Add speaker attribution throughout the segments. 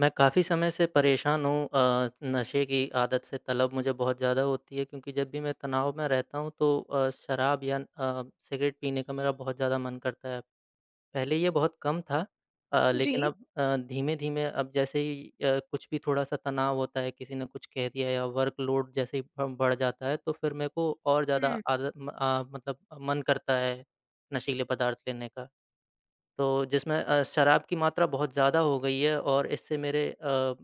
Speaker 1: मैं काफ़ी समय से परेशान हूँ नशे की आदत से तलब मुझे बहुत ज़्यादा होती है, क्योंकि जब भी मैं तनाव में रहता हूँ तो शराब या सिगरेट पीने का मेरा बहुत ज़्यादा मन करता है। पहले ये बहुत कम था। लेकिन
Speaker 2: जी।
Speaker 1: अब धीमे-धीमे, अब जैसे ही कुछ भी थोड़ा-सा तनाव होता है, किसी ने कुछ कह दिया या वर्कलोड जैसे ही ब बढ़ जाता है, तो फिर मेरे को और ज़्यादा
Speaker 2: हुँ।
Speaker 1: आदत मतलब मन करता है नशीले पदार्थ लेने का। तो जिसमें शराब की मात्रा बहुत ज़्यादा हो गई है और इससे मेरे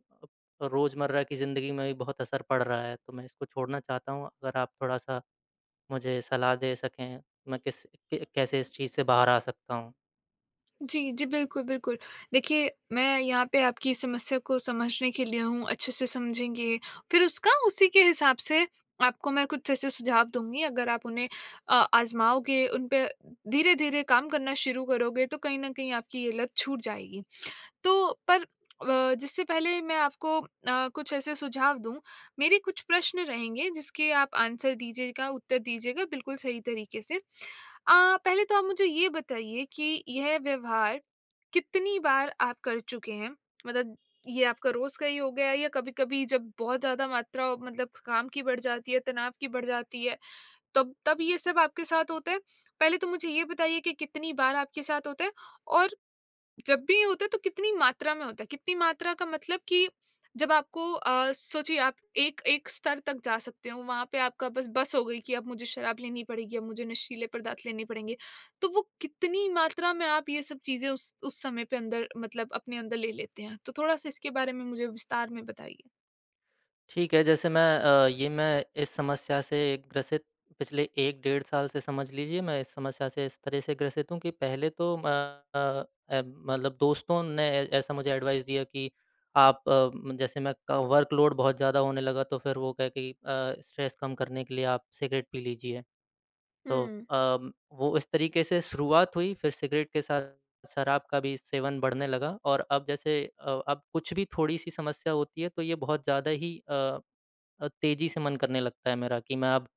Speaker 1: रोज़मर्रा की ज़िंदगी में भी बहुत असर पड़ रहा है, तो मैं इसको छोड़ना चाहता हूँ। अगर आप थोड़ा-सा मुझे सलाह दे सकें, मैं किस क कैसे इस चीज़ से बाहर आ सकता हूँ?
Speaker 2: जी, जी, बिल्कुल, बिल्कुल। देखिए, मैं यहाँ पे आपकी समस्या को समझने के लिए हूँ, अच्छे से समझेंगे, फिर उसका उसी के हिसाब से आपको मैं कुछ ऐसे सुझाव दूँगी, अगर आप उन्हें आज़माओगे, उन पे धीरे-धीरे काम करना शुरू करोगे, तो कहीं न कहीं आपकी ये लत छूट जाएगी। तो पर जिससे पहले मैं आपको कुछ ऐसे सुझाव दूँ, मेरे कुछ प्रश्न रहेंगे जिसके आप आंसर दीजिएगा, उत्तर दीजिएगा बिल्कुल सही तरीके से। पहले तो आप मुझे ये बताइए कि यह व्यवहार कितनी बार आप कर चुके हैं? मतलब ये आपका रोज़ का ही हो गया, या कभी-कभी जब बहुत ज़्यादा मात्रा मतलब काम की बढ़ जाती है, तनाव की बढ़ जाती है, तब तब ये सब आपके साथ होता है? पहले तो मुझे ये बताइए कि कितनी बार आपके साथ होता है? और जब भी ये होता है तो कितनी मात्रा में होता है? कितनी मात्रा का मतलब कि जब आपको सोचिए आप एक एक स्तर तक जा सकते हो, वहाँ पे आपका बस बस हो गई कि अब मुझे शराब लेनी पड़ेगी, अब मुझे नशीले पदार्थ लेने पड़ेंगे। तो वो कितनी मात्रा में आप ये सब चीज़ें उस समय पे अंदर, मतलब अपने अंदर ले लेते हैं? तो थोड़ा-सा इसके बारे में मुझे विस्तार में बताइए।
Speaker 1: ठीक है, जैसे मैं ये मैं इस समस्या से ग्रसित पिछले 1 डेढ़ साल से समझ लीजिए, मैं इस समस्या से इस तरह से ग्रसित हूँ कि पहले तो अ मतलब दोस्तों ने ऐ ऐसा मुझे एडवाइस दिया कि आप जैसे मैं क वर्कलोड बहुत ज़्यादा होने लगा तो फिर वो कहे कि स्ट्रेस कम करने के लिए आप सिगरेट पी लीजिए। तो
Speaker 2: हुँ।
Speaker 1: अम, वो इस तरीके से शुरुआत हुई, फिर सिगरेट के साथ शराब का भी सेवन बढ़ने लगा और अब जैसे अब कुछ भी थोड़ी-सी समस्या होती है तो ये बहुत ज़्यादा ही तेज़ी से मन करने लगता है मेरा कि मैं अब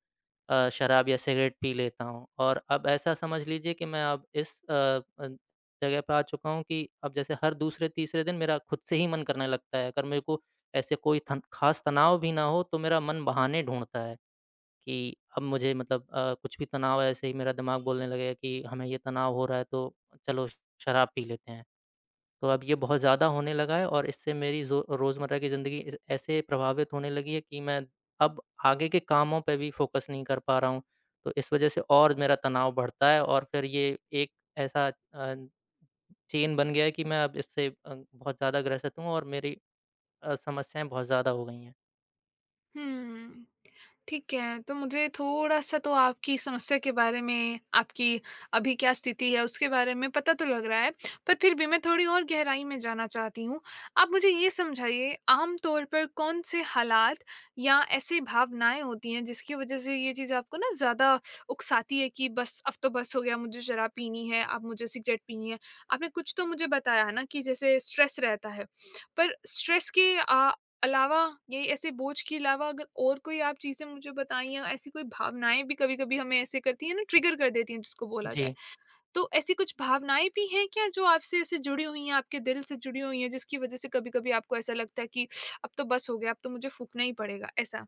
Speaker 1: शराब या सिगरेट पी लेता हूँ। और अब ऐसा समझ लीजिए कि मैं अब इस जगह पे आ चुका हूँ कि अब जैसे हर दूसरे-तीसरे दिन मेरा खुद से ही मन करने लगता है। अगर मेरे को ऐसे कोई थन ख़ास तनाव भी ना हो तो मेरा मन बहाने ढूँढता है कि अब मुझे मतलब कुछ भी तनाव है, ऐसे ही मेरा दिमाग बोलने लगेगा कि हमें ये तनाव हो रहा है तो चलो शराब पी लेते हैं। तो अब ये बहुत ज़्यादा होने लगा है और इससे मेरी जो रोज़मर्रा की ज़िंदगी ए ऐसे प्रभावित होने लगी है कि मैं अब आगे के कामों पे भी फ़ोकस नहीं कर पा रहा हूँ। तो इस वज़ह से और मेरा तनाव बढ़ता है और फिर ये एक ऐसा चेन बन गया है कि मैं अब इससे बहुत ज़्यादा ग्रसित हूँ और मेरी समस्याएँ बहुत ज़्यादा हो गई हैं।
Speaker 2: हुँ। ठीक है, तो मुझे थोड़ा-सा तो आपकी समस्या के बारे में, आपकी अभी क्या स्थिति है उसके बारे में पता तो लग रहा है, पर फिर भी मैं थोड़ी और गहराई में जाना चाहती हूँ। आप मुझे ये समझाइए, आम तौर पर कौन से हालात या ऐसी भावनाएँ होती हैं जिसकी वज़ह से ये चीज़ आपको ना ज़्यादा उकसाती है कि बस अब तो बस हो गया, मुझे शराब पीनी है, अब मुझे सिगरेट पीनी है। आपने कुछ तो मुझे बताया ना कि जैसे स्ट्रेस रहता है, पर स्ट्रेस के अलावा, ये ऐसे बोझ के अलावा अगर और कोई आप चीज़ें मुझे बताएँ, या ऐसी कोई भावनाएँ भी कभी-कभी हमें ऐसे करती हैं ना, ट्रिगर कर देती हैं जिसको बोला जाए।
Speaker 1: जी।
Speaker 2: तो ऐसी कुछ भावनाएँ भी हैं क्या जो आपसे ऐसे जुड़ी हुई हैं, आपके दिल से जुड़ी हुई हैं, जिसकी वज़ह से कभी-कभी आपको ऐसा लगता है कि अब तो बस हो गया, अब तो मुझे फूँकना ही पड़ेगा ऐसा?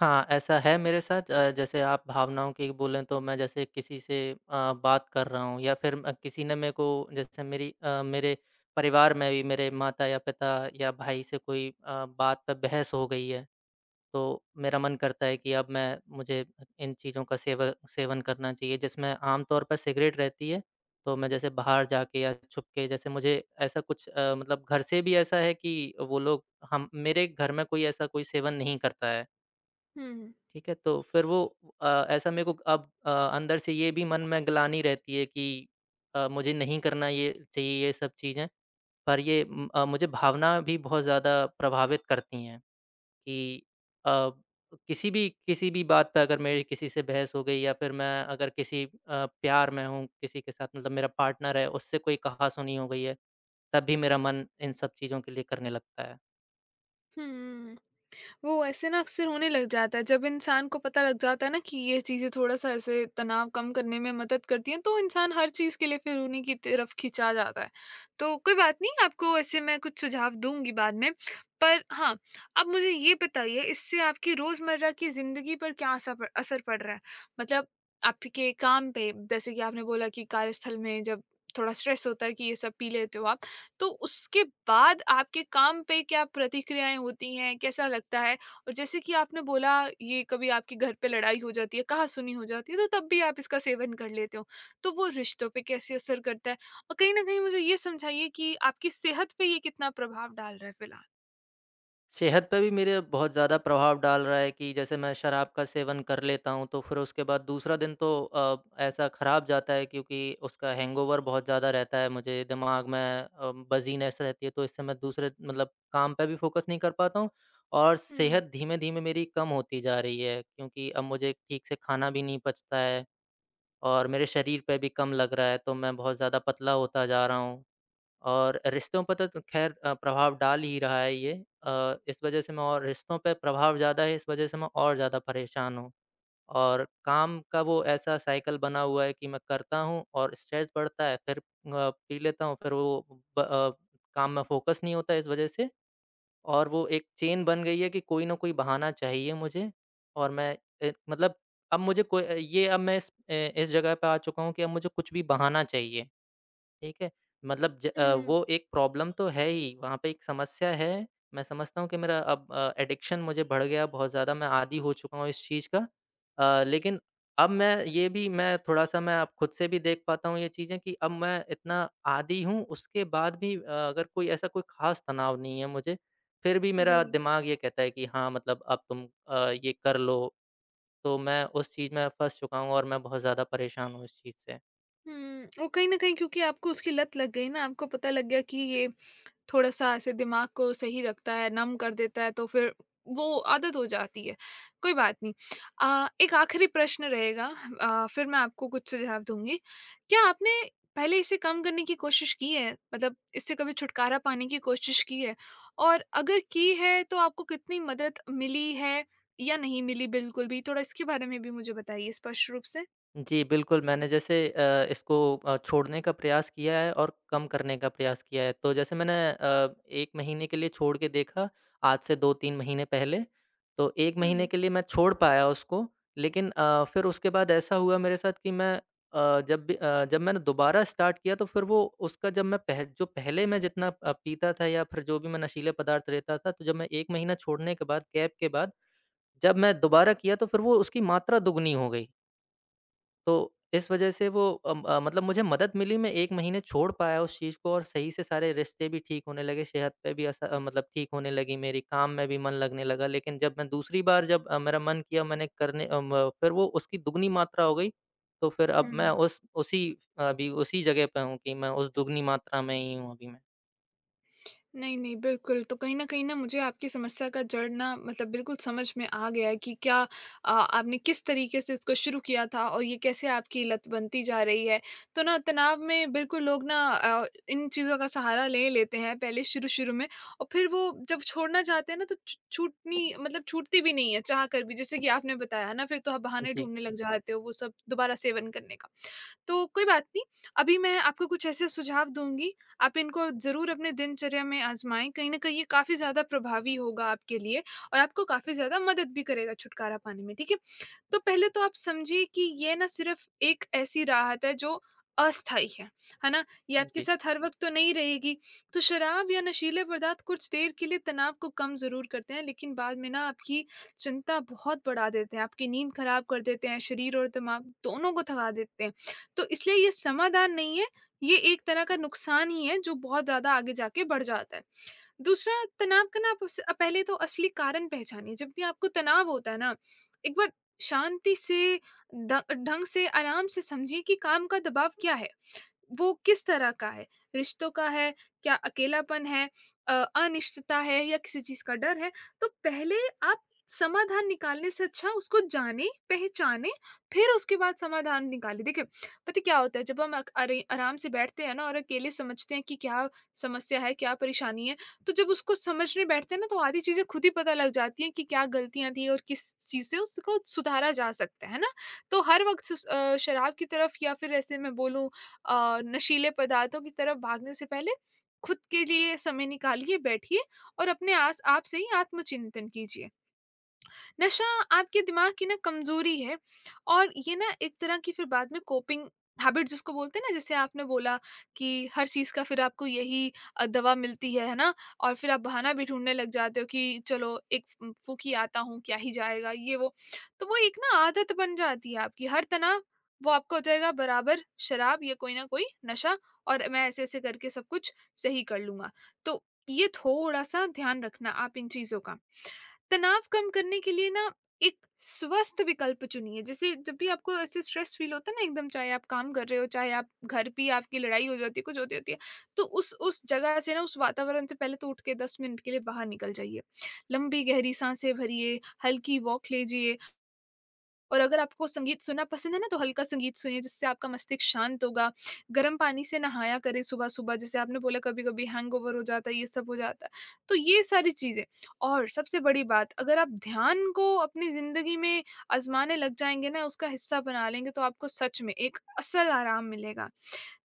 Speaker 1: हाँ, ऐसा है मेरे साथ। जैसे आप भावनाओं की बोलें, तो मैं जैसे किसी से बात कर रहा हूँ या फिर किसी ने मेरे को, जैसे मेरी मेरे परिवार में भी मेरे माता या पिता या भाई से कोई बात पे बहस हो गई है, तो मेरा मन करता है कि अब मैं मुझे इन चीज़ों का सेवन करना चाहिए, जिसमें आमतौर पर सिगरेट रहती है। तो मैं जैसे बाहर जाके या छुप के जैसे मुझे ऐसा कुछ मतलब, घर से भी ऐसा है कि वो लोग, हम मेरे घर में कोई ऐसा कोई सेवन नहीं करता है।
Speaker 2: हुँ, हुँ।
Speaker 1: ठीक है, तो फिर वो ऐसा मेरे को अब अंदर से ये भी मन में ग्लानि रहती है कि मुझे नहीं करना ये चाहिए ये सब चीज़ें, पर ये मुझे भावना भी बहुत ज़्यादा प्रभावित करती हैं कि अ, किसी भी बात पे अगर मेरी किसी से बहस हो गई या फिर मैं अगर किसी प्यार में हूँ किसी के साथ, मतलब मेरा पार्टनर है, उससे कोई कहा-सुनी हो गई है, तब भी मेरा मन इन सब चीज़ों के लिए करने लगता है।
Speaker 2: हुँ। वो ऐसे ना अक्सर होने लग जाता है। जब इंसान को पता लग जाता है ना कि ये चीज़ें थोड़ा-सा ऐसे तनाव कम करने में मदद करती हैं, तो इंसान हर चीज़ के लिए फिर उन्हीं की तरफ खिंचा जाता है। तो कोई बात नहीं, आपको ऐसे मैं कुछ सुझाव दूँगी बाद में। पर हाँ, अब मुझे ये बताइए, इससे आपकी रोज़मर्रा की ज़िंदगी पर क्या असर प असर पड़ रहा है? मतलब आपके काम पे, जैसे कि आपने बोला कि कार्यस्थल में जब थोड़ा स्ट्रेस होता है कि ये सब पी लेते हो आप, तो उसके बाद आपके काम पे क्या प्रतिक्रियाएँ होती हैं? कैसा लगता है? और जैसे कि आपने बोला, ये कभी आपके घर पे लड़ाई हो जाती है, कहा-सुनी हो जाती है, तो तब भी आप इसका सेवन कर लेते हो। तो वो रिश्तों पे कैसे असर करता है? और कहीं न कहीं मुझे ये समझाइए कि आपकी सेहत पे ये कितना प्रभाव डाल रहा है फिलहाल?
Speaker 1: सेहत पे भी मेरे बहुत ज़्यादा प्रभाव डाल रहा है कि जैसे मैं शराब का सेवन कर लेता हूँ, तो फिर उसके बाद दूसरा दिन तो ऐसा खराब जाता है, क्योंकि उसका हैंगओवर बहुत ज़्यादा रहता है। मुझे दिमाग में बज़ीनेस रहती है, तो इससे मैं दूसरे मतलब काम पे भी फ़ोकस नहीं कर पाता हूँ और
Speaker 2: हुँ,
Speaker 1: सेहत धीमे-धीमे मेरी कम होती जा रही है, क्योंकि अब मुझे ठीक से खाना भी नहीं पचता है और मेरे शरीर पे भी कम लग रहा है, तो मैं बहुत ज़्यादा पतला होता जा रहा हूँ। और रिश्तों पर तो खैर प्रभाव डाल ही रहा है ये। इस वजह से मैं, और रिश्तों पे प्रभाव ज़्यादा है, इस वजह से मैं और ज़्यादा परेशान हूँ। और काम का वो ऐसा साइकिल बना हुआ है कि मैं करता हूँ और स्ट्रेस बढ़ता है, फिर पी लेता हूँ, फिर वो ब अ, काम में फ़ोकस नहीं होता इस वजह से, और वो एक चेन बन गई है कि कोई ना कोई बहाना चाहिए मुझे। और मैं, मतलब अब मुझे कोई ये अब मैं इस, इस जगह पे आ चुका हूँ कि अब मुझे कुछ भी बहाना चाहिए। ठीक है? मतलब
Speaker 2: हुँ।
Speaker 1: वो एक प्रॉब्लम तो है ही, वहाँ पे एक समस्या है। मैं समझता हूँ कि मेरा अब एडिक्शन मुझे बढ़ गया बहुत ज़्यादा, मैं आदी हो चुका हूँ इस चीज़ का। लेकिन अब मैं, ये भी मैं थोड़ा-सा, मैं अब खुद से भी देख पाता हूँ ये चीज़ें, कि अब मैं इतना आदी हूँ, उसके बाद भी अगर कोई ऐसा कोई ख़ास तनाव नहीं है मुझे, फिर भी मेरा
Speaker 2: जी।
Speaker 1: दिमाग ये कहता है कि हाँ, मतलब अब तुम ये कर लो। तो मैं उस चीज़ में फँस चुका हूँ और मैं बहुत ज़्यादा परेशान हूँ इस चीज़ से।
Speaker 2: और कहीं न कहीं क्योंकि आपको उसकी लत लग गई ना, आपको पता लग गया कि ये थोड़ा-सा ऐसे दिमाग को सही रखता है, नम कर देता है, तो फिर वो आदत हो जाती है, कोई बात नहीं। एक आखिरी प्रश्न रहेगा, फिर मैं आपको कुछ सुझाव दूँगी। क्या आपने पहले इसे कम करने की कोशिश की है? मतलब इससे कभी छुटकारा पाने की कोशिश की है? और अगर की है तो आपको कितनी मदद मिली है या नहीं मिली बिल्कुल भी? थोड़ा इसके बारे में भी मुझे बताइए स्पष्ट रूप से।
Speaker 1: जी, बिल्कुल। मैंने जैसे इसको छोड़ने का प्रयास किया है और कम करने का प्रयास किया है। तो जैसे मैंने 1 महीने के लिए छोड़ के देखा, आज से 2-3 महीने पहले। तो 1 महीने
Speaker 2: हुँ,
Speaker 1: के लिए मैं छोड़ पाया उसको, लेकिन फिर उसके बाद ऐसा हुआ मेरे साथ कि मैं, जब मैंने दोबारा स्टार्ट किया तो फिर वो, उसका, जब मैं पह जो पहले मैं जितना पीता था या फिर जो भी मैं नशीले पदार्थ लेता था, तो जब मैं 1 महीना छोड़ने के बाद, गैप के बाद, जब मैं दोबारा किया तो फिर वो, उसकी मात्रा दुगनी हो गई। तो इस वजह से वो मतलब मुझे मदद मिली, मैं 1 महीने छोड़ पाया उस चीज़ को और सही से सारे रिश्ते भी ठीक होने लगे, सेहत पे भी असर मतलब ठीक होने लगी मेरी, काम में भी मन लगने लगा। लेकिन जब मैं दूसरी बार मेरा मन किया, मैंने करने फिर वो उसकी दुगनी मात्रा हो गई, तो फिर अब मैं
Speaker 2: हुँ।
Speaker 1: उस उसी अभी उसी जगह पे हूँ कि मैं उस दुगनी मात्रा में ही हूँ अभी मैं।
Speaker 2: नहीं, नहीं, बिल्कुल। तो कहीं न कहीं ना मुझे आपकी समस्या का जड़ ना मतलब बिल्कुल समझ में आ गया है कि क्या आपने किस तरीके से इसको शुरू किया था और ये कैसे आपकी लत बनती जा रही है। तो ना तनाव में बिल्कुल लोग ना इन चीज़ों का सहारा ले लेते हैं पहले शुरू-शुरू में, और फिर वो जब छोड़ना चाहते हैं ना, तो छ छूटनी मतलब छूटती भी नहीं है चाह कर भी। जैसे कि आपने बताया ना, फिर तो आप बहाने
Speaker 1: जी,
Speaker 2: ढूँढने लग जाते हो वो सब दोबारा सेवन करने का। तो कोई बात नहीं, अभी मैं आपको कुछ ऐसे सुझाव दूँगी, आप इनको ज़रूर अपने दिनचर्या में आज़माएँ, कहीं न कहीं ये काफ़ी ज़्यादा प्रभावी होगा आपके लिए, और आपको काफ़ी ज़्यादा मदद भी करेगा छुटकारा पाने में, ठीक है? तो पहले तो आप समझिए कि ये ना सिर्फ एक ऐसी राहत है जो अस्थाई है ना? ये आपके
Speaker 1: जी।
Speaker 2: साथ हर वक़्त तो नहीं रहेगी। तो शराब या नशीले पदार्थ कुछ देर के लिए तनाव को कम ज़रूर करते हैं, लेकिन बाद में ना आपकी चिंता बहुत बढ़ा देते हैं, आपकी नींद खराब कर देते हैं, शरीर और दिमाग दोनों को थका देते हैं। तो इसलिए ये समाधान नहीं है, ये एक तरह का नुकसान ही है जो बहुत ज़्यादा आगे जाके बढ़ जाता है। दूसरा, तनाव का ना आप पहले तो असली कारण पहचानिए। जब भी आपको तनाव होता है ना, एक बार शांति से, ढंग से, आराम से समझिए कि काम का दबाव क्या है, वो किस तरह का है? रिश्तों का है? क्या अकेलापन है? अनिश्चितता है, या किसी चीज़ का डर है? तो पहले आप समाधान निकालने से अच्छा उसको जानें, पहचानें, फिर उसके बाद समाधान निकालें। देखिए, पता है क्या होता है जब हम अक अरे आराम से बैठते हैं ना, और अकेले समझते हैं कि क्या समस्या है, क्या परेशानी है, तो जब उसको समझने बैठते हैं ना, तो आधी चीज़ें खुद ही पता लग जाती हैं कि क्या गलतियाँ थी और किस चीज़ से उसको सुधारा जा सकता है ना? तो हर वक़्त शराब की तरफ, या फिर ऐसे मैं बोलूँ, नशीले पदार्थों की तरफ भागने से पहले खुद के लिए समय निकालिए, बैठिए, और अपने आस आप से ही आत्मचिंतन कीजिए। नशा आपके दिमाग की ना कमज़ोरी है, और ये ना एक तरह की फिर बाद में कोपिंग हैबिट जिसको बोलते हैं ना, जैसे आपने बोला कि हर चीज़ का फिर आपको यही दवा मिलती है ना? और फिर आप बहाना भी ढूँढने लग जाते हो कि चलो एक फ फूँक ही आता हूँ, क्या ही जाएगा ये वो। तो वो एक ना आदत बन जाती है आपकी, हर तनाव, वो आपका हो जाएगा बराबर शराब या कोई न कोई नशा, और मैं ऐसे-ऐसे करके सब कुछ सही कर लूँगा। तो ये थोड़ा-सा ध्यान रखना आप इन चीज़ों का। तनाव कम करने के लिए ना एक स्वस्थ विकल्प चुनिए। जैसे जब भी आपको ऐसे स्ट्रेस फील होता है ना एकदम, चाहे आप काम कर रहे हो, चाहे आप घर पे आपकी लड़ाई हो जाती है, कुछ होती होती है, तो उस जगह से ना, उस वातावरण से पहले तो उठ के 10 मिनट के लिए बाहर निकल जाइए, लंबी गहरी सांसें भरिए, हल्की वॉक लीजिए, और अगर आपको संगीत सुनना पसंद है ना, तो हल्का संगीत सुनिए जिससे आपका मस्तिष्क शांत होगा। गर्म पानी से नहाया करें सुबह-सुबह, जैसे आपने बोला कभी-कभी हैंगओवर हो जाता है, ये सब हो जाता है। तो ये सारी चीज़ें, और सबसे बड़ी बात, अगर आप ध्यान को अपनी ज़िंदगी में आज़माने लग जाएँगे ना, उसका हिस्सा बना लेंगे, तो आपको सच में एक असल आराम मिलेगा।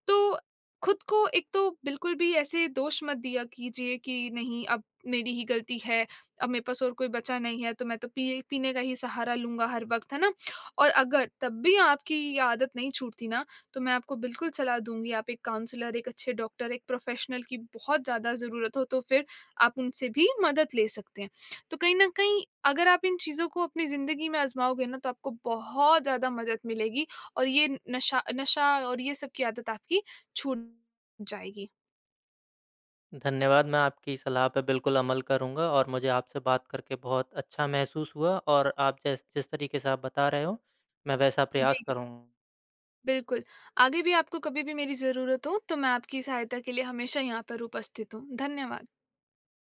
Speaker 2: तो खुद को एक तो बिल्कुल भी ऐसे दोष मत दिया कीजिए कि नहीं अब मेरी ही गलती है, अब मेरे पास और कोई बचा नहीं है तो मैं तो पिए पीने का ही सहारा लूँगा हर वक़्त, है ना? और अगर तब भी आपकी ये आदत नहीं छूटती ना, तो मैं आपको बिल्कुल सलाह दूँगी, आप एक काउंसलर, एक अच्छे डॉक्टर, एक प्रोफ़ेशनल की बहुत ज़्यादा ज़रूरत हो तो फिर आप उनसे भी मदद ले सकते हैं। तो कहीं न कहीं, अगर आप इन चीज़ों को अपनी ज़िंदगी में आज़माओगे ना, तो आपको बहुत ज़्यादा मदद मिलेगी, और ये नशा नशा और ये सब की आदत आपकी छूट जाएगी।
Speaker 1: धन्यवाद, मैं आपकी सलाह पे बिल्कुल अमल करूँगा और मुझे आपसे बात करके बहुत अच्छा महसूस हुआ और आप जैस जिस तरीके से आप बता रहे हो, मैं वैसा
Speaker 2: जी,
Speaker 1: प्रयास करूँगा।
Speaker 2: बिल्कुल। आगे भी आपको कभी भी मेरी ज़रूरत हो तो मैं आपकी सहायता के लिए हमेशा यहाँ पर उपस्थित हूँ। धन्यवाद।